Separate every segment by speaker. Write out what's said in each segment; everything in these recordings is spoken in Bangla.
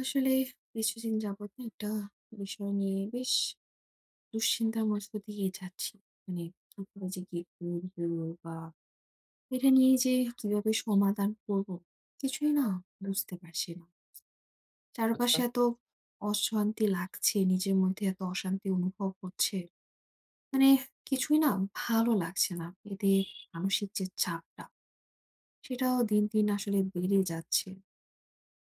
Speaker 1: আসলে কিছুদিন যাবত না একটা বিষয় নিয়ে বেশ দুশ্চিন্তার মধ্য দিয়ে যাচ্ছি। মানে কিভাবে যে কি করবো বা এটা নিয়ে যে কিভাবে সমাধান করব কিছুই না বুঝতে পারছি না।
Speaker 2: আচ্ছা,
Speaker 1: চারপাশে এত অশান্তি লাগছে, নিজের মধ্যে এত অশান্তি অনুভব হচ্ছে। মানে কিছুই না ভালো লাগছে না। এতে মানসিক যে চাপটা সেটাও দিন, দিন আসলে বেড়ে যাচ্ছে।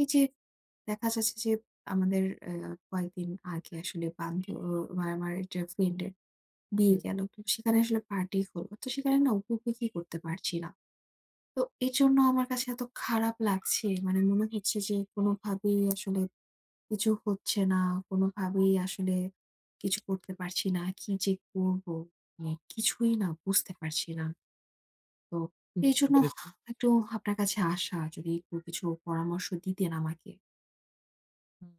Speaker 1: এই যে দেখা যাচ্ছে যে আমাদের আ কয়েকদিন আগে আসলে মানে আমার একটা ফ্রেন্ড এর বিয়ে
Speaker 2: হুম,
Speaker 1: গেল। তো সেখানে আসলে পার্টি হলো। তো সেখানে না উপভোগই করতে পারছি না। তো এজন্য আমার কাছে এত খারাপ লাগছে। মানে মনে হচ্ছে যে কোনোভাবেই আসলে কিছু হচ্ছে না। কোনোভাবেই আসলে কিছু করতে পারছি না। কি যে করব? মানে কিছুই না বুঝতে পারছি না। তো
Speaker 2: বুঝতে
Speaker 1: এইজন্য
Speaker 2: পেরেছি।
Speaker 1: একটু আপনার কাছে আসা, যদি একটু কিছু পরামর্শ দিতেন আমাকে।
Speaker 2: হুম,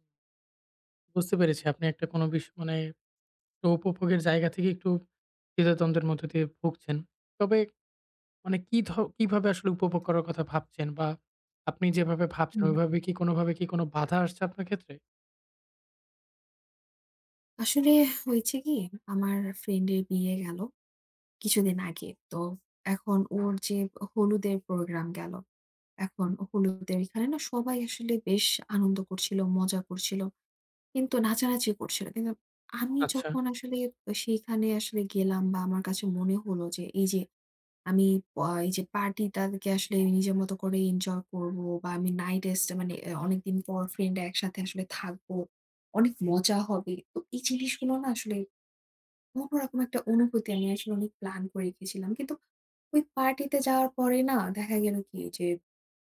Speaker 2: বুঝতে পেরেছি আপনি একটা কোনো বিষ মানে একটা উপভোগের জায়গা থেকে একটু দ্বিধাদ্বন্দ্বের মধ্য দিয়ে ভুগছেন। তবে মানে কি ধ কিভাবে আসলে উপভোগ করার কথা ভাবছেন? বা আপনি যেভাবে ভাবছেন ওইভাবে কি কোনোভাবে কি কোনো বাধা আসছে আপনার ক্ষেত্রে?
Speaker 1: আসলে হয়েছে কি, আমার ফ্রেন্ডের বিয়ে গেল কিছুদিন আগে। তো এখন ওর যে হলুদের প্রোগ্রাম গেল। এখন হলুদের এখানে না সবাই আসলে বেশ আনন্দ করছিল, মজা করছিল। কিন্তু নাচানাচি করছিল। কিন্তু আমি
Speaker 2: আচ্ছা,
Speaker 1: যখন আসলে সেইখানে আসলে গেলাম, বা আমার কাছে মনে হলো যে এই যে আমি এই যে পার্টিটাকে আসলে নিজের মতো করে এনজয় করব বা আমি নাইট স্টে মানে অনেকদিন পর ফ্রেন্ডরা একসাথে আসলে থাকবো। অনেক মজা হবে। তো এই জিনিসগুলো না আসলে অন্যরকম একটা অনুভূতি, আমি আসলে অনেক প্ল্যান করে গেছিলাম। কিন্তু ওই পার্টিতে যাওয়ার পরে না দেখা গেল কি যে,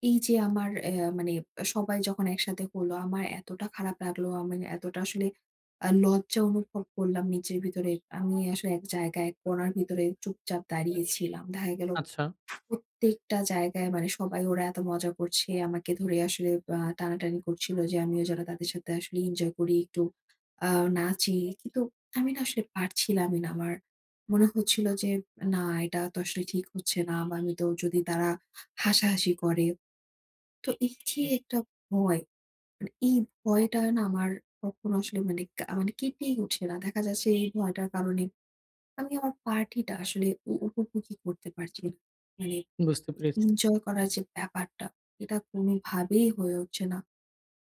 Speaker 1: এই যে আমার মানে সবাই যখন একসাথে হলো, আমার এতটা খারাপ লাগলো, আমি এতটা আসলে লজ্জা অনুভব করলাম নিজের ভিতরে। আমি আসলে এক জায়গায় এক কোণার ভিতরে চুপচাপ দাঁড়িয়ে ছিলাম। দেখা গেল
Speaker 2: আচ্ছা,
Speaker 1: প্রত্যেকটা জায়গায় মানে সবাই ওরা এত মজা করছে। আমাকে ধরে আসলে টানাটানি করছিল, যে আমিও যেন তাদের সাথে আসলে এনজয় করি, একটু আ নাচি। কিন্তু আমি না আসলে পারছিলামই না। আমার মনে হচ্ছিল যে না, এটা তো আসলে ঠিক হচ্ছে না, বা আমি তো যদি তারা হাসাহাসি করে। তো এই যে
Speaker 2: হুম,
Speaker 1: একটা ভয়, মানে এই ভয়টা না আমার কখনো আসলে মানে কা মানে কেটেই উঠছে না। দেখা যাচ্ছে এই ভয়টার কারণে আমি আমার পার্টিটা আসলে উপভোগই করতে পারছি না। মানে
Speaker 2: বুঝতে পেরেছি।
Speaker 1: এনজয় করার যে ব্যাপারটা, এটা কোনোভাবেই হয়ে উঠছে না।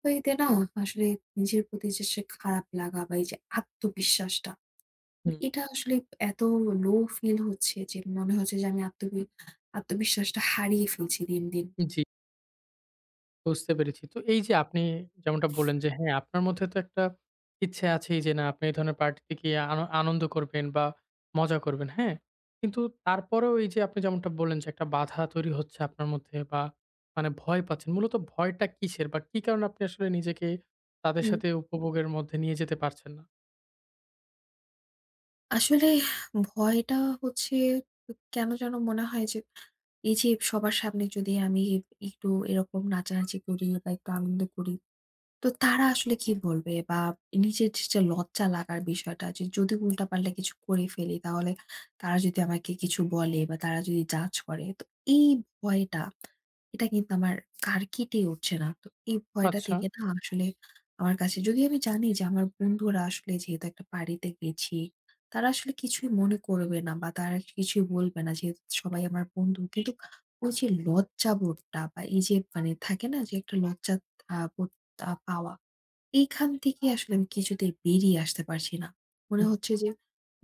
Speaker 1: তো এতে না আসলে নিজের প্রতি যে সে খারাপ লাগা, বা এই যে আত্মবিশ্বাসটা,
Speaker 2: হুম,
Speaker 1: এটা আসলে এত লো ফিল হচ্ছে যে মনে হচ্ছে যে আমি আত্মবিশ্বাসটা হারিয়ে ফেলছি দিন, দিন।
Speaker 2: জি। বুঝতে পেরেছি। তো এই যে আপনি যেমনটা বললেন যে হ্যাঁ, আপনার মধ্যে তো একটা ইচ্ছে আছেই যে না আপনি এই ধরনের পার্টিতে গিয়ে আনন্দ করবেন বা মজা করবেন, হ্যাঁ? কিন্তু তারপরেও এই যে আপনি যেমনটা বললেন যে একটা বাধা তৈরি হচ্ছে আপনার মধ্যে বা মানে ভয় পাচ্ছেন। মূলত ভয়টা কিসের বা কি কারণে আপনি আসলে নিজেকে তাদের
Speaker 1: হুম,
Speaker 2: সাথে উপভোগের মধ্যে নিয়ে যেতে পারছেন না?
Speaker 1: আসলে ভয়টা হচ্ছে, কেন যেন মনে হয় যে এই যে সবার সামনে যদি আমি একটু এরকম নাচানাচি করি বা একটু আনন্দ করি, তো তারা আসলে কি বলবে? বা নিজের যে লজ্জা লাগার বিষয়টা যে, যদি উল্টাপাল্টা কিছু করে ফেলি, তাহলে তারা যদি আমাকে কিছু বলে বা তারা যদি জাজ করে, তো এই ভয়টা, এটা কিন্তু আমার আর কেটে উঠছে না। তো এই ভয়টা
Speaker 2: আচ্ছা।
Speaker 1: থেকে না আসলে, আমার কাছে যদি আমি জানি যে, আমার বন্ধুরা আসলে, যেহেতু একটা পার্টিতে গেছি, তারা আসলে কিছুই মনে করবে না বা তারা কিছুই বলবে না, যেহেতু সবাই আমার বন্ধু। কিন্তু ওই যে লজ্জাবোধটা, বা এই যে মানে থাকে না যে, একটা লজ্জা আ বো তা পাওয়া। এইখান থেকে আসলে আমি কিছুতেই বেরিয়ে আসতে পারছি না। মনে
Speaker 2: হুম,
Speaker 1: হচ্ছে যে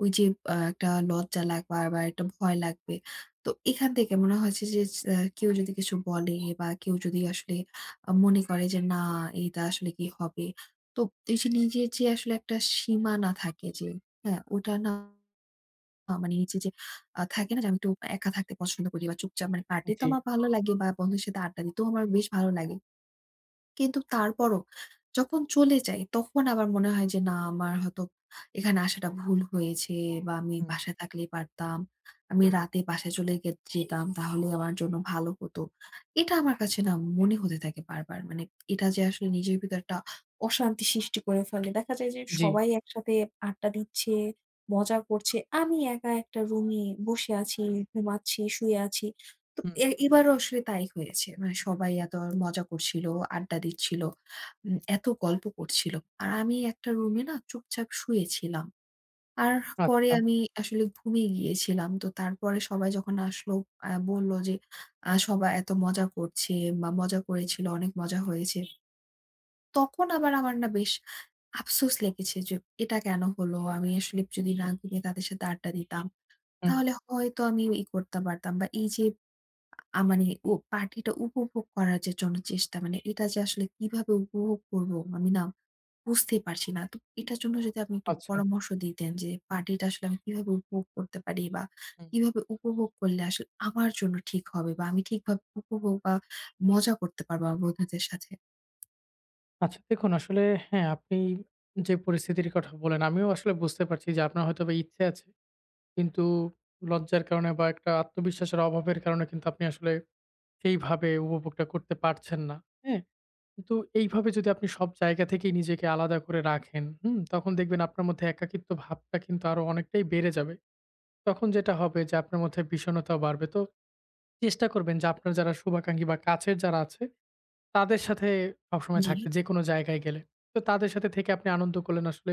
Speaker 1: ওই যে একটা লজ্জা লাগবে বা একটা ভয় লাগবে। তো এখান থেকে মনে হচ্ছে যে কেউ যদি কিছু বলে, বা কেউ যদি আসলে মনে করে যে না, এটা আসলে কি হবে? তো এই যে নিজের যে আসলে একটা সীমা না থাকে যে, হ্যাঁ, ওটা না মানে নিচে যে থাকে না যে, আমি একটু একা থাকতে পছন্দ করি বা চুপচাপ, মানে পার্টি তো
Speaker 2: জি,
Speaker 1: আমার ভালো লাগে, বা বন্ধুদের সাথে আড্ডা দিতেও আমার বেশ ভালো লাগে। কিন্তু তারপরও যখন চলে যাই, তখন আবার মনে হয় যে না, আমার হয়তো এখানে আসাটা ভুল হয়েছে, বা আমি
Speaker 2: হুম,
Speaker 1: বাসায় থাকলেই পারতাম। আমি রাতে বাসায় চলে যেতাম, তাহলে আমার জন্য ভালো হতো। এটা আমার কাছে না মনে হতে থাকে বারবার। মানে এটা যে আসলে নিজের ভিতর একটা অশান্তি সৃষ্টি করে ফেলে। দেখা যায় যে
Speaker 2: জি,
Speaker 1: সবাই একসাথে আড্ডা দিচ্ছে, মজা করছে। আমি একা একটা রুমে বসে আছি, ঘুমাচ্ছি, শুয়ে আছি। তো
Speaker 2: হুম,
Speaker 1: এবারও আসলে তাই হয়েছে। মানে সবাই এত মজা করছিল, আড্ডা দিচ্ছিল, এত গল্প করছিল। আর আমি একটা রুমে না চুপচাপ শুয়েছিলাম। আর পরে
Speaker 2: আচ্ছা,
Speaker 1: আমি আসলে ঘুমিয়ে গিয়েছিলাম। তো তারপরে সবাই যখন আসলো, বলল যে, "সবাই এত মজা করছে বা মজা করেছিল, অনেক মজা হয়েছে।" তখন আবার আমার না বেশ আফসোস লেগেছে যে, "এটা কেন হলো? আমি আসলে যদি না ঘুমিয়ে তাদের সাথে আড্ডা দিতাম,
Speaker 2: হুম,
Speaker 1: তাহলে হয়তো আমি করতে পারতাম, বা এই যে মানে ও পার্টিটা উপভোগ করার যে জন্য চেষ্টা, মানে এটা যে আসলে কিভাবে উপভোগ করব আমি না বুঝতেই পারছি না। তো এটার জন্য যদি আপনি একটু
Speaker 2: আচ্ছা।
Speaker 1: পরামর্শ দিতেন যে পার্টিটা আসলে আমি কিভাবে উপভোগ করতে পারি, বা কিভাবে উপভোগ করলে আসলে আমার জন্য ঠিক হবে, বা আমি ঠিকভাবে উপভোগ বা মজা করতে পারবো আমার বন্ধুদের সাথে?
Speaker 2: আচ্ছা দেখুন আসলে হ্যাঁ, আপনি যে পরিস্থিতির কথা বলেন, আমিও আসলে বুঝতে পারছি যে আপনার হয়তোবা ইচ্ছে আছে। কিন্তু লজ্জার কারণে বা একটা আত্মবিশ্বাসের অভাবের কারণে কিন্তু আপনি আসলে সেইভাবে উপভোগটা করতে পারছেন না। হ্যাঁ? কিন্তু এইভাবে যদি আপনি সব জায়গা থেকেই নিজেকে আলাদা করে রাখেন, হুম? তখন দেখবেন আপনার মধ্যে একাকিত্ব ভাবটা কিন্তু আরো অনেকটাই বেড়ে যাবে। তখন যেটা হবে যে আপনার মধ্যে বিষণ্ণতাও বাড়বে। তো চেষ্টা করবেন যে আপনার যারা শুভাকাঙ্ক্ষী বা কাছের যারা আছে তাদের সাথে সবসময়
Speaker 1: জি।
Speaker 2: থাকতে যেকোনো জায়গায় গেলে। তো তাদের সাথে থেকে আপনি আনন্দ করলেন আসলে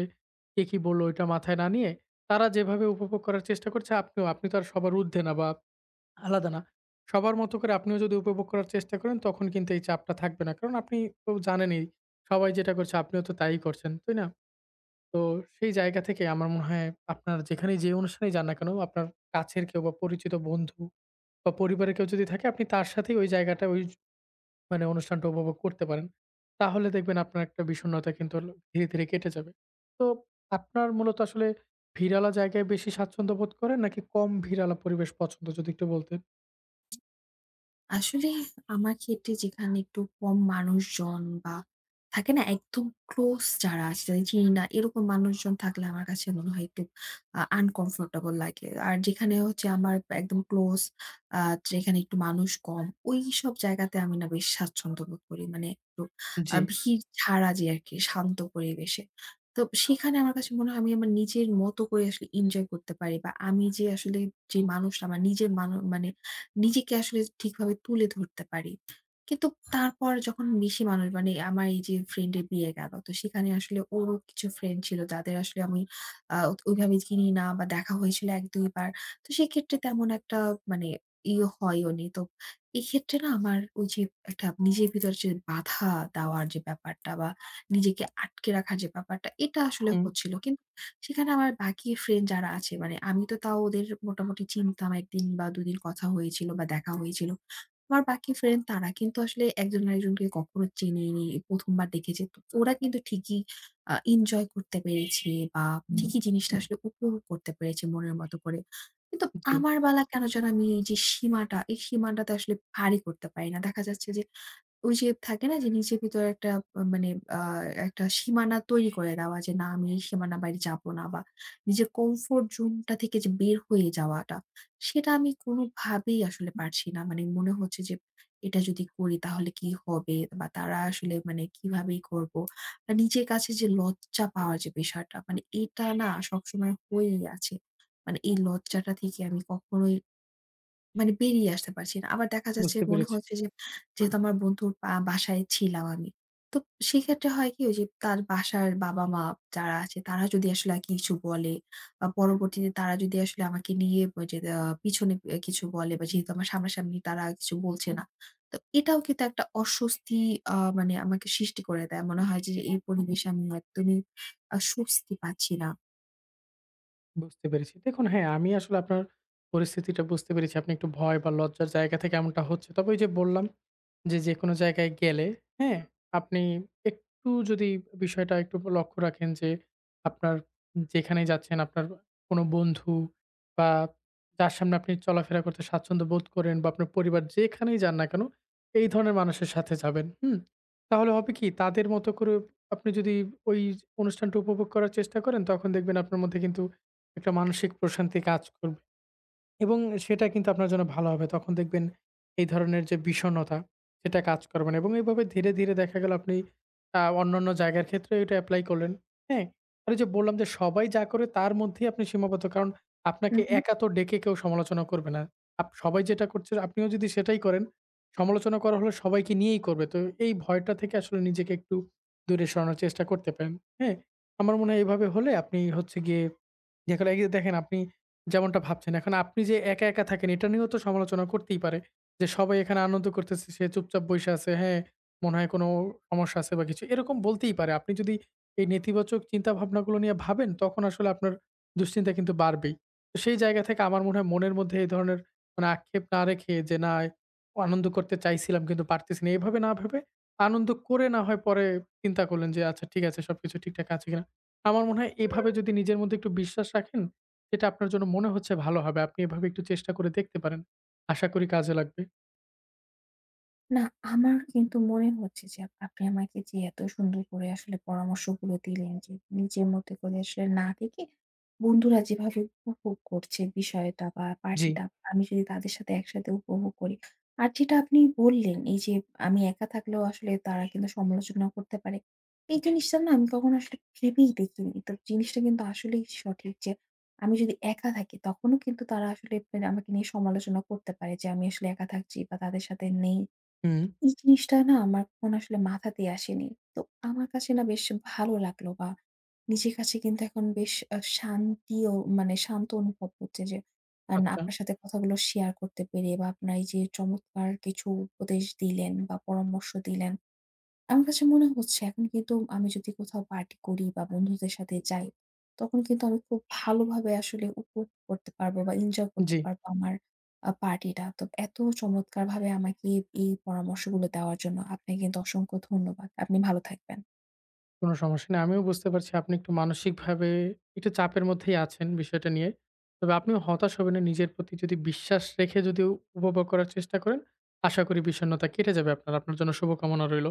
Speaker 2: কে কি বলল এটা মাথায় না নিয়ে, তারা যেভাবে উপভোগ করার চেষ্টা করছে আপনিও, আপনি তো আর সবার ঊর্ধ্বে না বা আলাদা না। সবার মতো করে আপনিও যদি উপভোগ করার চেষ্টা করেন তখন কিন্তু এই চাপটা থাকবে না। কারণ আপনি তো জানেনই সবাই যেটা করছে আপনিও তো তাই করছেন, তাই না? তো সেই জায়গা থেকে আমার মনে হয় আপনার যেখানেই যে অনুষ্ঠানেই যান না কেন আপনার কাছের কেউ বা পরিচিত বন্ধু বা পরিবারের কেউ যদি থাকে আপনি তার সাথেই ওই জায়গাটা ওই মানে অনুষ্ঠানটা উপভোগ করতে পারেন। তাহলে দেখবেন আপনার একটা বিষণ্ণতা কিন্তু হলো ধীরে, ধীরে কেটে যাবে। তো আপনার মূলত আসলে ভিড়ালা জায়গায় বেশি স্বাচ্ছন্দ্য বোধ করেন নাকি কম ভিড়ালা পরিবেশ পছন্দ যদি একটু বলতেন?
Speaker 1: আসলে আমার ক্ষেত্রে যেখানে একটু কম মানুষজন, বা থাকে না একদম ক্লোজ যারা আছে, যাদের চিনি না এরকম মানুষজন থাকলে আমার কাছে মনে হয় একটু আনকমফোর্টেবল লাগে। আর যেখানে হচ্ছে আমার একদম ক্লোজ, যেখানে একটু মানুষ কম, ওই সব জায়গাতে আমি না বেশ স্বাচ্ছন্দ্য বোধ করি, মানে একটু
Speaker 2: জি,
Speaker 1: ভিড় ছাড়া যে আর কি, শান্ত পরিবেশে। তো সেখানে আমার কাছে মনে হয় আমি আমার নিজের মতো করে আসলে এনজয় করতে পারি, বা আমি যে আসলে, যে মানুষটা আমার নিজের মানুষ, মানে নিজেকে আসলে ঠিকভাবে তুলে ধরতে পারি। কিন্তু তারপর যখন বেশি মানুষ, মানে আমার এই যে ফ্রেন্ড এর বিয়ে গেল। তো সেখানে আসলে ওরও কিছু ফ্রেন্ড ছিল যাদের আসলে আমি আ ওইভাবে চিনি না, বা দেখা হয়েছিল ১-২ বার। তো সেক্ষেত্রে তেমন একটা মানে ইয়ে হয়ও নি। তো এক্ষেত্রে না আমার ওই যে একটা নিজের ভিতরে যে বাধা দেওয়ার যে ব্যাপারটা, বা নিজেকে আটকে রাখার যে ব্যাপারটা, এটা আসলে
Speaker 2: হুম।
Speaker 1: হচ্ছিল। সেখানে আমার বাকি ফ্রেন্ড যারা আছে, মানে আমি তো তাও ওদের মোটামুটি চিনতাম, ১ দিন বা ২ দিন কথা হয়েছিল বা দেখা হয়েছিল। আমার বাকি ফ্রেন্ড তারা কিন্তু আসলে একজন আরেকজনকে কখনো চেনেনি, ১ম বার দেখেছে। তো ওরা কিন্তু ঠিকই এনজয় করতে পেরেছে, বা ঠিকই জিনিসটা আসলে উপভোগ করতে পেরেছে মনের মতো করে। কিন্তু
Speaker 2: জি,
Speaker 1: আমার বেলা কেন যেন আমি এই যে সীমাটা, এই সীমাটাতে আসলে পারই করতে পারি না। দেখা যাচ্ছে যে ওই যে থাকে না যে নিজের ভিতরে একটা মানে আ একটা সীমানা তৈরি করে দেওয়া যে না, আমি এই সীমানা বাইরে যাব না, বা নিজের কমফোর্ট জোনটা থেকে যে বের হয়ে যাওয়াটা, সেটা আমি কোনোভাবেই আসলে পারছি না। মানে মনে হচ্ছে যে এটা যদি করি তাহলে কি হবে? বা তারা আসলে, মানে কিভাবেই করব? বা নিজের কাছে যে লজ্জা পাওয়ার যে বিষয়টা, মানে এটা না সবসময় হয়েই আছে। মানে এই লজ্জাটা থেকে আমি কখনোই মানে বেরিয়ে আসতে পারছি না। আবার দেখা যাচ্ছে
Speaker 2: বুঝতে
Speaker 1: মনে
Speaker 2: পেরেছি।
Speaker 1: হচ্ছে যে, যেহেতু আমার বন্ধুর বাসায় ছিলাম আমি। তো সেক্ষেত্রে হয় কি, ওই যে তার বাসার বাবা-মা যারা আছে, তারা যদি আসলে কিছু বলে, বা পরবর্তীতে তারা যদি আসলে আমাকে নিয়ে ওই যে পিছনে কিছু বলে, বা যেহেতু আমার সামনাসামনি তারা কিছু বলছে না। তো এটাও কিন্তু একটা অস্বস্তি, মানে আমাকে সৃষ্টি করে দেয়। মনে হয় যে এই পরিবেশে
Speaker 2: হুম,
Speaker 1: আমি একদমই স্বস্তি পাচ্ছি না।
Speaker 2: বুঝতে পেরেছি। দেখুন হ্যাঁ, আমি আসলে আপনার পরিস্থিতিটা বুঝতে পেরেছি। আপনি একটু ভয় বা লজ্জার জায়গা থেকে এমনটা হচ্ছে। তবে ওই যে বললাম যে, যেকোনো জায়গায় গেলে, হ্যাঁ? আপনি একটু যদি বিষয়টা একটু লক্ষ্য রাখেন যে, আপনার যেখানেই যাচ্ছেন আপনার কোনো বন্ধু বা যার সামনে আপনি চলাফেরা করতে স্বাচ্ছন্দ্য বোধ করেন বা আপনার পরিবার যেখানেই যান না কেন, এই ধরনের মানুষের সাথে যাবেন, হুম? তাহলে হবে কি তাদের মতো করে আপনি যদি ওই অনুষ্ঠানটা উপভোগ করার চেষ্টা করেন, তখন দেখবেন আপনার মধ্যে কিন্তু একটা মানসিক প্রশান্তি কাজ করবে। এবং সেটা কিন্তু আপনার জন্য ভালো হবে। তখন দেখবেন এই ধরনের যে বিষণ্ণতা সেটা কাজ করবে না এবং এভাবে ধীরে, ধীরে দেখা গেল আপনি অন্যান্য জায়গার ক্ষেত্রেও এটা এপ্লাই করলেন। হ্যাঁ? আর ওই যে বললাম যে সবাই যা করে তার মধ্যেই আপনি সীমাবদ্ধ। কারণ
Speaker 1: হুম,
Speaker 2: আপনাকে
Speaker 1: হুম।
Speaker 2: একা তো ডেকে কেউ সমালোচনা করবে না। সবাই যেটা করছে আপনিও যদি সেটাই করেন, সমালোচনা করা হলে সবাইকে নিয়েই করবে। তো এই ভয়টা থেকে আসলে নিজেকে একটু দূরে সরানোর চেষ্টা করতে পারেন। হ্যাঁ? আমার মনে হয় এভাবে হলে আপনি হচ্ছে গিয়ে জি, এখন এই যে দেখেন আপনি যেমনটা ভাবছেন, এখন আপনি যে একা, একা থাকেন এটা নিয়েও তো সমালোচনা করতেই পারে। যে সবাই এখানে আনন্দ করতেছে, সে চুপচাপ বইসা আছে, হ্যাঁ, মনে হয় কোনো সমস্যা আছে বা কিছু। এরকম বলতেই পারে। আপনি যদি এই নেতিবাচক চিন্তাভাবনাগুলো নিয়ে ভাবেন তখন আসলে আপনার দুশ্চিন্তা কিন্তু বাড়বেই। তো সেই জায়গা থেকে আমার মনে হয় মনের মধ্যে এই ধরনের মানে আক্ষেপ না রেখে যে না আনন্দ করতে চাইছিলাম কিন্তু পারতেছি না। এভাবে না ভেবে আনন্দ করে না হয় পরে চিন্তা করলেন যে আচ্ছা ঠিক আছে সবকিছু ঠিকঠাক আছে কিনা। আমার মনে হয় এভাবে যদি নিজের মধ্যে একটু বিশ্বাস রাখেন, সেটা আপনার জন্য মনে হচ্ছে ভালো হবে। আপনি এভাবে একটু চেষ্টা করে দেখতে পারেন। আশা করি কাজে লাগবে।
Speaker 1: না, আমার কিন্তু মনে হচ্ছে যে আপনি আমাকে যে এত সুন্দর করে আসলে পরামর্শগুলো দিলেন, যে নিজের মতো করে আসলে না দেখে, বন্ধুরা যেভাবে উপভোগ করছে বিষয়টা বা
Speaker 2: জি,
Speaker 1: পার্টিটা, আমি যদি তাদের সাথে একসাথে উপভোগ করি। আর যেটা আপনি বললেন এই যে, আমি একা থাকলেও আসলে তারা কিন্তু সমালোচনা করতে পারে। এই জিনিসটা না আমি কখনো আসলে ভেবেই দেখিনি। তো জিনিসটা কিন্তু আসলেই সঠিক যে আমি যদি একা থাকি তখনও কিন্তু তারা আসলে আমাকে নিয়ে সমালোচনা করতে পারে, যে আমি আসলে একা থাকছি বা তাদের সাথে নেই।
Speaker 2: হুম।
Speaker 1: তো এই জিনিসটা না আমার কখনো আসলে মাথাতেই আসেনি। তো আমার কাছে না বেশ ভালো লাগলো, বা নিজের কাছে কিন্তু এখন বেশ শান্তিও, মানে শান্ত অনুভব হচ্ছে যে, না
Speaker 2: আচ্ছা,
Speaker 1: আপনার সাথে কথাগুলো শেয়ার করতে পেরে, বা আপনার এই যে চমৎকার কিছু উপদেশ দিলেন বা পরামর্শ দিলেন। আমার কাছে মনে হচ্ছে এখন কিন্তু আমি যদি কোথাও পার্টি করি বা বন্ধুদের সাথে যাই, তখন কিন্তু আমি খুব ভালোভাবে আসলে উপভোগ করতে পারবো বা এনজয় করতে
Speaker 2: জি।
Speaker 1: পারবো আমার পার্টিটা। তো এত চমৎকারভাবে আমাকে এই পরামর্শগুলো দেওয়ার জন্য আপনাকে কিন্তু অসংখ্য ধন্যবাদ। আপনি ভালো থাকবেন।
Speaker 2: কোন সমস্যা নেই। আমিও বুঝতে পারছি আপনি একটু মানসিকভাবে একটু চাপের মধ্যেই আছেন বিষয়টা নিয়ে। তবে আপনিও হতাশ হবেন না। নিজের প্রতি যদি বিশ্বাস রেখে যদি উপভোগ করার চেষ্টা করেন, আশা করি বিষণ্ণতা কেটে যাবে আপনার। আপনার জন্য শুভকামনা রইল।